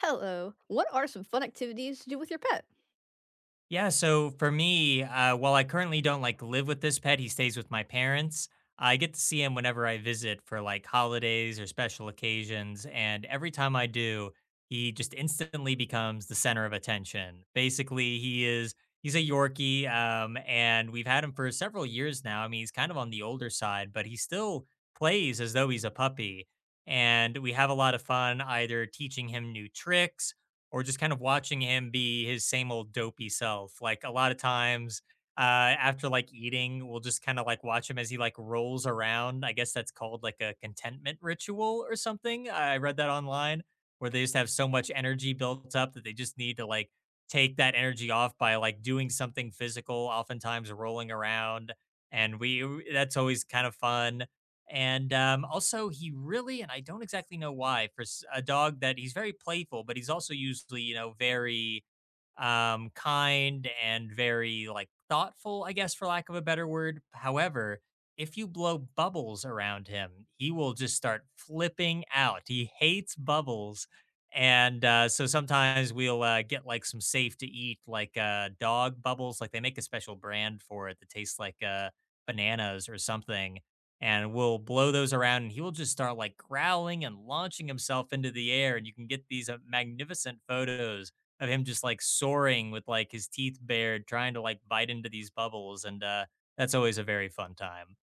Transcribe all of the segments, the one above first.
Hello. What are some fun activities to do with your pet? Yeah, so for me, while I currently don't like live with this pet, he stays with my parents. I get to see him whenever I visit for like holidays or special occasions, and every time I do, he just instantly becomes the center of attention. Basically, he's a Yorkie, and we've had him for several years now. I mean, he's kind of on the older side, but he still plays as though he's a puppy, and we have a lot of fun either teaching him new tricks or just kind of watching him be his same old dopey self. Like a lot of times, after like eating, we'll just kind of like watch him as he like rolls around. I guess that's called like a contentment ritual or something. I read that online where they just have so much energy built up that they just need to like take that energy off by like doing something physical, oftentimes rolling around. That's always kind of fun. And also, he really, and I don't exactly know why, for a dog that he's very playful, but he's also usually, you know, very kind and very like thoughtful, I guess, for lack of a better word. However, if you blow bubbles around him, he will just start flipping out. He hates bubbles. And so sometimes we'll get like some safe to eat, like dog bubbles. Like they make a special brand for it that tastes like bananas or something and will blow those around and he will just start like growling and launching himself into the air and you can get these magnificent photos of him just like soaring with like his teeth bared trying to like bite into these bubbles and that's always a very fun time.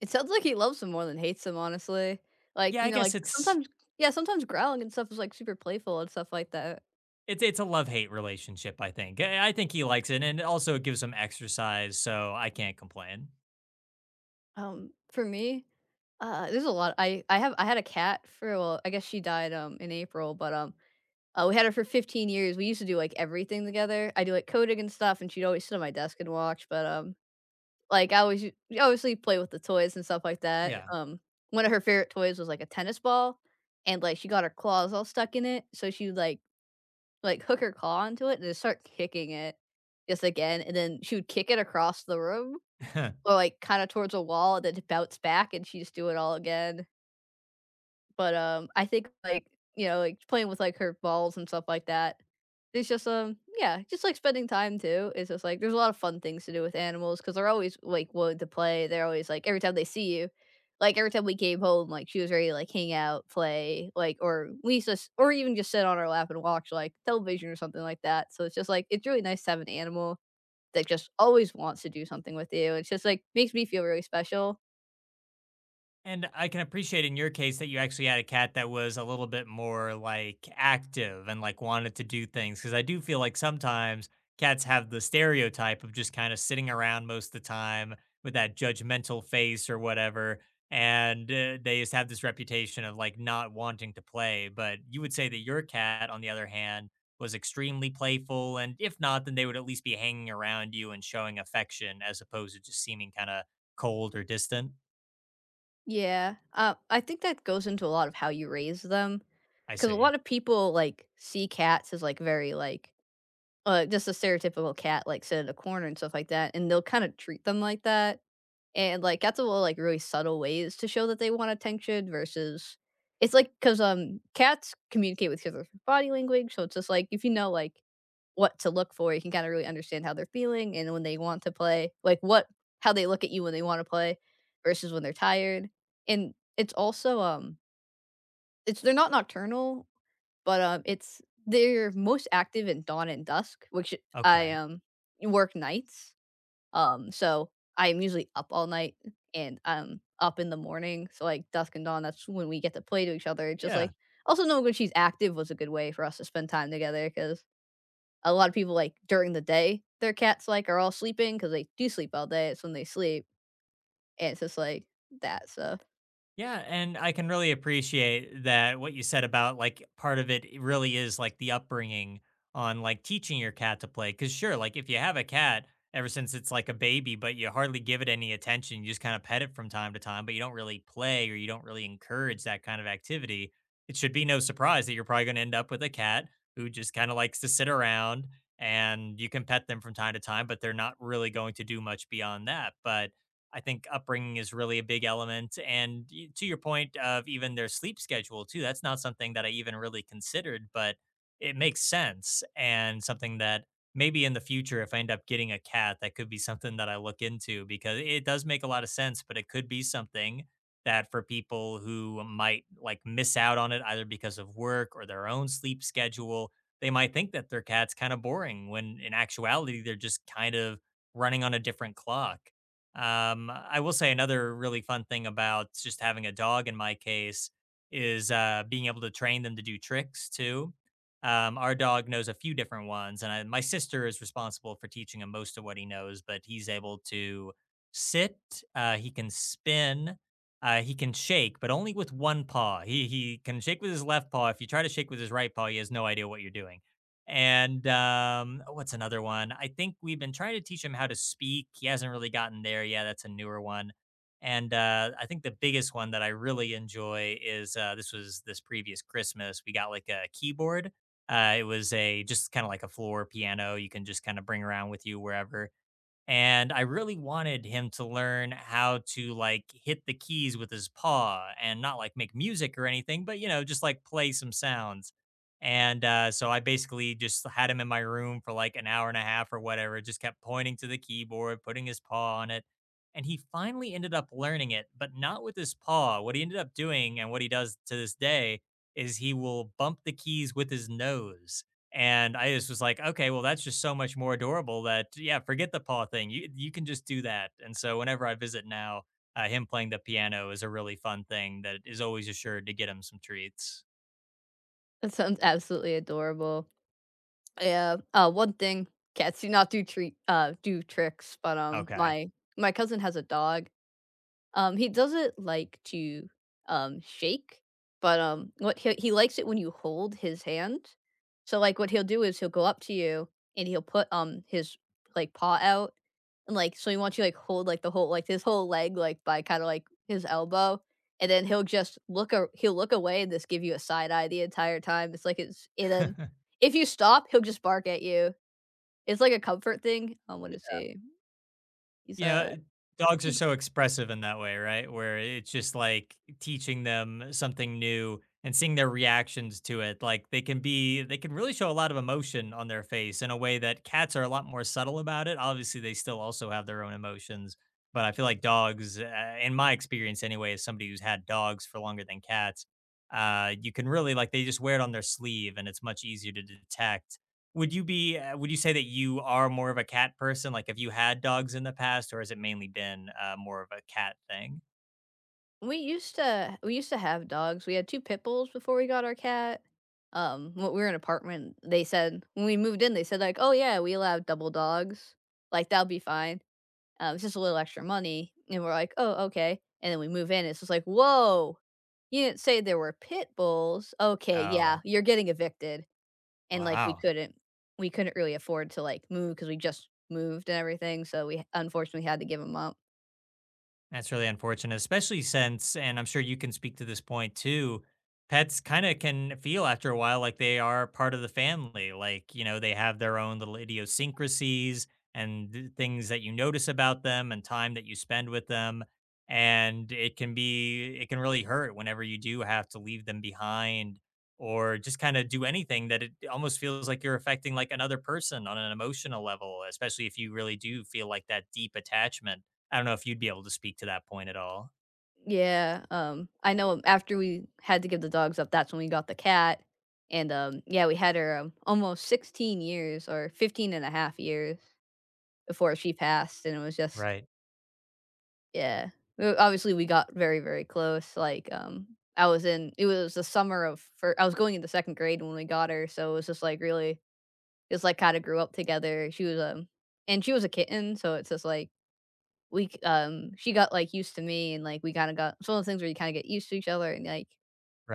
It sounds like he loves them more than hates them, honestly. Like, Yeah, you know, like sometimes yeah, sometimes growling and stuff is like super playful and stuff like that. It's a love-hate relationship. I think he likes it and also it gives him exercise, so I can't complain. For me, there's a lot. I had a cat for, well, I guess she died in April, but we had her for 15 years. We used to do like everything together. I do like coding and stuff and she'd always sit on my desk and watch, but like, I always u obviously play with the toys and stuff like that. Yeah. One of her favorite toys was, like, a tennis ball, and, like, she got her claws all stuck in it, so she would, like, hook her claw onto it and then start kicking it just again, and then she would kick it across the room, or, like, kinda towards a wall and then bounce back, and she just do it all again. But, I think, like, you know, like, playing with, like, her balls and stuff like that, it's just, yeah, just, like, spending time too. It's just, like, there's a lot of fun things to do with animals because 'cause they're always, like, willing to play. They're always, like every time they see you, like, every time we came home, like, she was ready to, like, hang out, play, like or we used to s or even just sit on our lap and watch, like, television or something like that. So it's just, like it's really nice to have an animal that just always wants to do something with you. It's just, like, makes me feel really special. And I can appreciate in your case that you actually had a cat that was a little bit more like active and like wanted to do things. Cause I do feel like sometimes cats have the stereotype of just kind of sitting around most of the time with that judgmental face or whatever. And they just have this reputation of like not wanting to play. But you would say that your cat, on the other hand, was extremely playful. And if not, then they would at least be hanging around you and showing affection as opposed to just seeming kind of cold or distant. Yeah, I think that goes into a lot of how you raise them, I because a see. lot of people, like, see cats as, like, very, like, just a stereotypical cat, like, sit in a corner and stuff like that, and they'll kinda treat them like that. And, like, that's a little, like, really subtle ways to show that they want attention versus it's like because cats communicate with each other through body language, so it's just like, if you know, like, what to look for, you can kinda really understand how they're feeling and when they want to play, like, what how they look at you when they wanna play versus when they're tired. And it's also, it's they're not nocturnal, but, it's they're most active in dawn and dusk, which I, Okay. Work nights. So I am usually up all night and I'm up in the morning, so, like, dusk and dawn, that's when we get to play to each other. It's just, Yeah. like also knowing when she's active was a good way for us to spend time together. Because a lot of people, like, during the day, their cats, like, are all sleeping because they do sleep all day, it's when they sleep, and it's just like that, so Yeah. And I can really appreciate that what you said about like part of it really is like the upbringing on like teaching your cat to play. Cause sure, like if you have a cat ever since it's like a baby, but you hardly give it any attention, you just kind of pet it from time to time, but you don't really play or you don't really encourage that kind of activity. It should be no surprise that you're probably going to end up with a cat who just kind of likes to sit around and you can pet them from time to time, but they're not really going to do much beyond that. But I think upbringing is really a big element. And to your point of even their sleep schedule, too, that's not something that I even really considered, but it makes sense. And something that maybe in the future, if I end up getting a cat, that could be something that I look into because it does make a lot of sense, but it could be something that for people who might like miss out on it either because of work or their own sleep schedule, they might think that their cat's kind of boring when in actuality, they're just kind of running on a different clock. I will say another really fun thing about just having a dog in my case is being able to train them to do tricks too. Our dog knows a few different ones, and my sister is responsible for teaching him most of what he knows. But he's able to sit, he can spin, he can shake, but only with one paw. He can shake with his left paw. If you try to shake with his right paw, he has no idea what you're doing. And what's another one? I think we've been trying to teach him how to speak. He hasn't really gotten there. Yeah, that's a newer one. And I think the biggest one that I really enjoy is this was this previous Christmas. We got like a keyboard. It was a just kind of like a floor piano you can just kind of bring around with you wherever and I really wanted him to learn how to like hit the keys with his paw and not like make music or anything, but you know, just like play some sounds. And so I basically just had him in my room for like an hour and a half or whatever, just kept pointing to the keyboard, putting his paw on it. And he finally ended up learning it, but not with his paw. What he ended up doing and what he does to this day is he will bump the keys with his nose. And I just was like, okay, well, that's just so much more adorable that, yeah, forget the paw thing. You can just do that. And so whenever I visit now, him playing the piano is a really fun thing that is always assured to get him some treats. that sounds absolutely adorable. Yeah, one thing, cats do not do treat do tricks, but, Okay. my cousin has a dog. He doesn't like to, shake, but, what he likes it when you hold his hand. So, like, what he'll do is he'll go up to you, and he'll put, his, like, paw out, and, like so he wants you, like, hold, like, the whole like, his whole leg, like, by kinda, like, his elbow, and then he'll just look a he'll look away and just give you a side eye the entire time. It's like it's and then if you stop, he'll just bark at you. It's like a comfort thing, I want to say. He's You a know, dogs are he's so expressive in that way, right? Where it's just like teaching them something new and seeing their reactions to it. Like they can really show a lot of emotion on their face in a way that cats are a lot more subtle about it. Obviously, they still also have their own emotions, but I feel like dogs, in my experience anyway, as somebody who's had dogs for longer than cats, you can really like they just wear it on their sleeve and it's much easier to detect. Would you be would you say that you are more of a cat person? Like, have you had dogs in the past, or has it mainly been, more of a cat thing? We used to have dogs. We had 2 pit bulls before we got our cat. When we were in an apartment, they said when we moved in, they said, like, "Oh, yeah, we allow double dogs. Like, that'll be fine. It's just a little extra money." And we're like, "Oh, okay." And then we move in, it's just like, "Whoa, you didn't say there were pit bulls. Okay, yeah, Oh, you're getting evicted." And, like, we wow. couldn't really afford to, like, move because we just moved and everything, so we unfortunately had to give them up. That's really unfortunate, especially since, and I'm sure you can speak to this point too, pets kind of can feel after a while like they are part of the family. Like, you know, they have their own little idiosyncrasies and things that you notice about them and time that you spend with them. And it can really hurt whenever you do have to leave them behind or just kind of do anything that it almost feels like you're affecting like another person on an emotional level, especially if you really do feel like that deep attachment. I don't know if you'd be able to speak to that point at all. Yeah, I know after we had to give the dogs up, that's when we got the cat, and, yeah, we had her, almost 16 years or 15 and a half years before she passed, and it was just Right, yeah. Obviously, we got very, very close, like, I was in it was the summer of fir I was going into 2nd grade when we got her, so it was just, like, really just, like, kinda grew up together. And she was a kitten, so it's just, like, we c she got, like, used to me, and, like, we kinda got it's one of those things where you kinda get used to each other, and, like,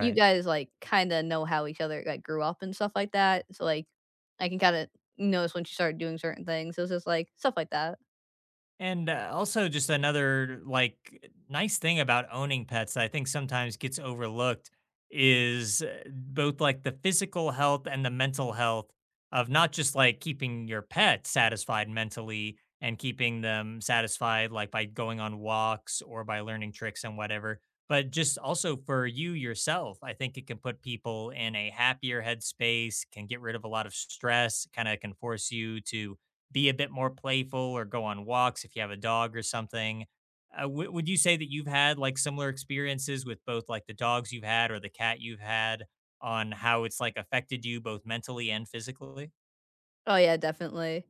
you guys, like, kinda know how each other, like, grew up and stuff like that, so, like, I can kinda notice when she started doing certain things, it was just, like, stuff like that. And also, just another like nice thing about owning pets that I think sometimes gets overlooked is both like the physical health and the mental health of not just like keeping your pet satisfied mentally and keeping them satisfied like by going on walks or by learning tricks and whatever, but just also for you yourself. I think it can put people in a happier headspace, can get rid of a lot of stress, kind of can force you to be a bit more playful or go on walks if you have a dog or something. Would you say that you've had like similar experiences with both like the dogs you've had or the cat you've had on how it's like affected you both mentally and physically? Oh, yeah, definitely.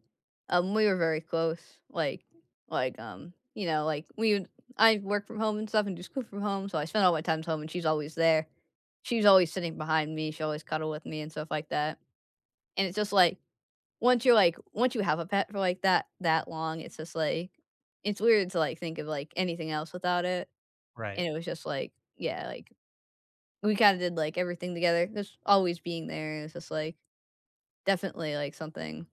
We were very close, like you know, like, we would I work from home and stuff and do school from home, so I spend all my time at home, and she's always there. She's always sitting behind me, she always cuddle with me and stuff like that, and it's just, like, once you're, like once you have a pet for, like, that long, it's just, like it's weird to, like, think of, like, anything else without it. Right. And it was just like yeah, like, we kinda did, like, everything together, just always being there, it's just, like, definitely, like, something.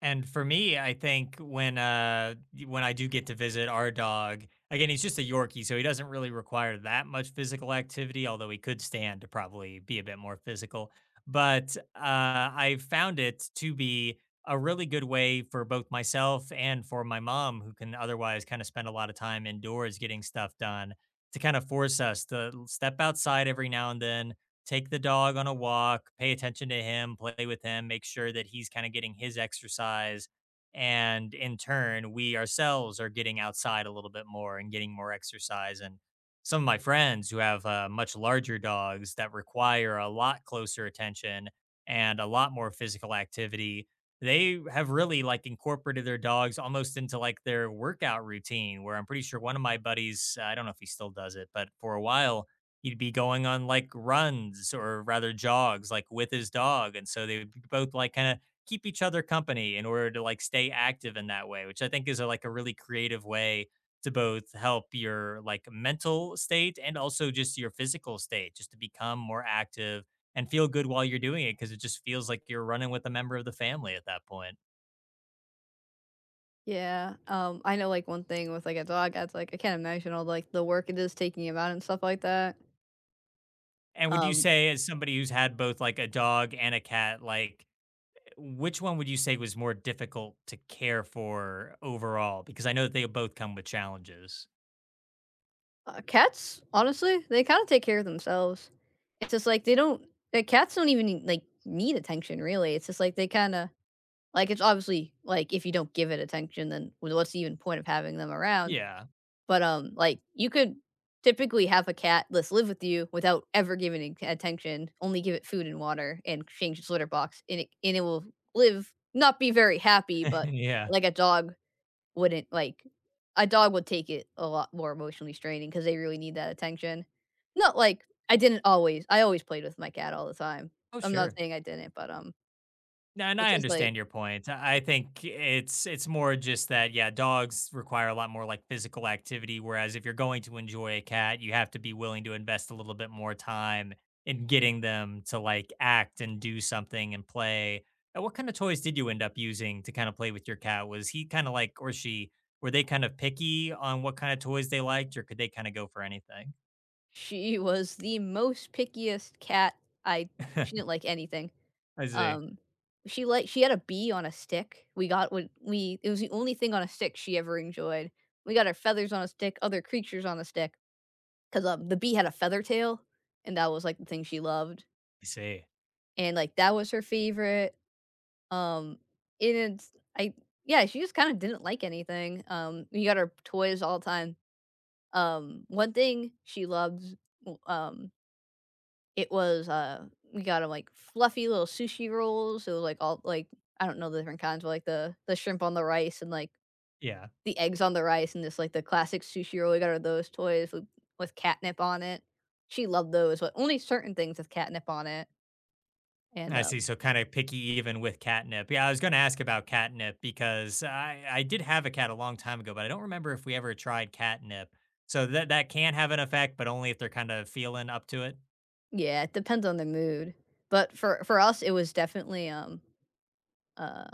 And for me, I think when when I do get to visit our dog, again, he's just a Yorkie, so he doesn't really require that much physical activity, although he could stand to probably be a bit more physical. But I found it to be a really good way for both myself and for my mom, who can otherwise kind of spend a lot of time indoors getting stuff done, to kind of force us to step outside every now and then take the dog on a walk, pay attention to him, play with him, make sure that he's kind of getting his exercise. And in turn, we ourselves are getting outside a little bit more and getting more exercise. And some of my friends who have much larger dogs that require a lot closer attention and a lot more physical activity, they have really like incorporated their dogs almost into like their workout routine. Where I'm pretty sure one of my buddies, I don't know if he still does it, but for a while, he'd be going on like runs or rather jogs like with his dog and so they would both like kind of keep each other company in order to like stay active in that way, which I think is like a really creative way to both help your like mental state and also just your physical state just to become more active and feel good while you're doing it because it just feels like you're running with a member of the family at that point. Yeah, I know, like, one thing with, like, a dog, that's like I can't imagine all, like, the work it is taking him out and stuff like that. And would you Um, say as somebody who's had both like a dog and a cat like which one would you say was more difficult to care for overall? Because I know that they both come with challenges. Cats, honestly, they kinda take care of themselves. It's just like the cats don't even need attention, really. It's just like they kinda like, it's obviously like, if you don't give it attention, then w what's the even point of having them around? Yeah. But, like, you could typically have a cat that's live with you without ever giving it attention, only give it food and water and change its litter box, and it will live, not be very happy, but Yeah. like a dog wouldn't like a dog would take it a lot more emotionally straining because they really need that attention. Not like I didn't always I always played with my cat all the time. Oh, I'm not sure. saying I didn't, but, No, and it's I just like understand your point. I think it's more just that yeah, dogs require a lot more like physical activity whereas if you're going to enjoy a cat, you have to be willing to invest a little bit more time in getting them to like act and do something and play. And what kind of toys did you end up using to kind of play with your cat? Was he kind of like or she Were they kind of picky on what kind of toys they liked or could they kind of go for anything? she was the most pickiest cat. I She didn't like anything. I see. Um, she had a bee on a stick. We got what we It was the only thing on a stick she ever enjoyed. We got her feathers on a stick, other creatures on a stick, 'cause, the bee had a feather tail, and that was, like, the thing she loved, I see. and, like, that was her favorite, um, and it's I yeah, she just kinda didn't like anything. We got her toys all the time. One thing she loved w it was, we got them like, fluffy little sushi rolls. It was, like, all like, I don't know the different kinds, but, like, the shrimp on the rice and, like, Yeah. the eggs on the rice and this like, the classic sushi roll, we got her those toys with catnip on it. She loved those, but only certain things with catnip on it, and, I see. So kind of picky even with catnip. Yeah, I was going to ask about catnip because I did have a cat a long time ago, but I don't remember if we ever tried catnip. So that can have an effect, but only if they're kind of feeling up to it. yeah, it depends on the mood. But for us, it was definitely, uh,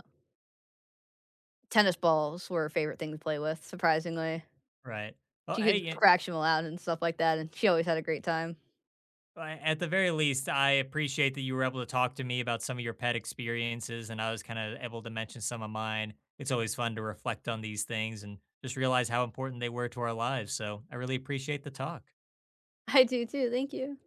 tennis balls were her favorite thing to play with, surprisingly. Right. Well, She could hey, eh, scratch them out and stuff like that, and she always had a great time. At the very least, I appreciate that you were able to talk to me about some of your pet experiences, and I was kind of able to mention some of mine. It's always fun to reflect on these things and just realize how important they were to our lives. So I really appreciate the talk. I do too, thank you.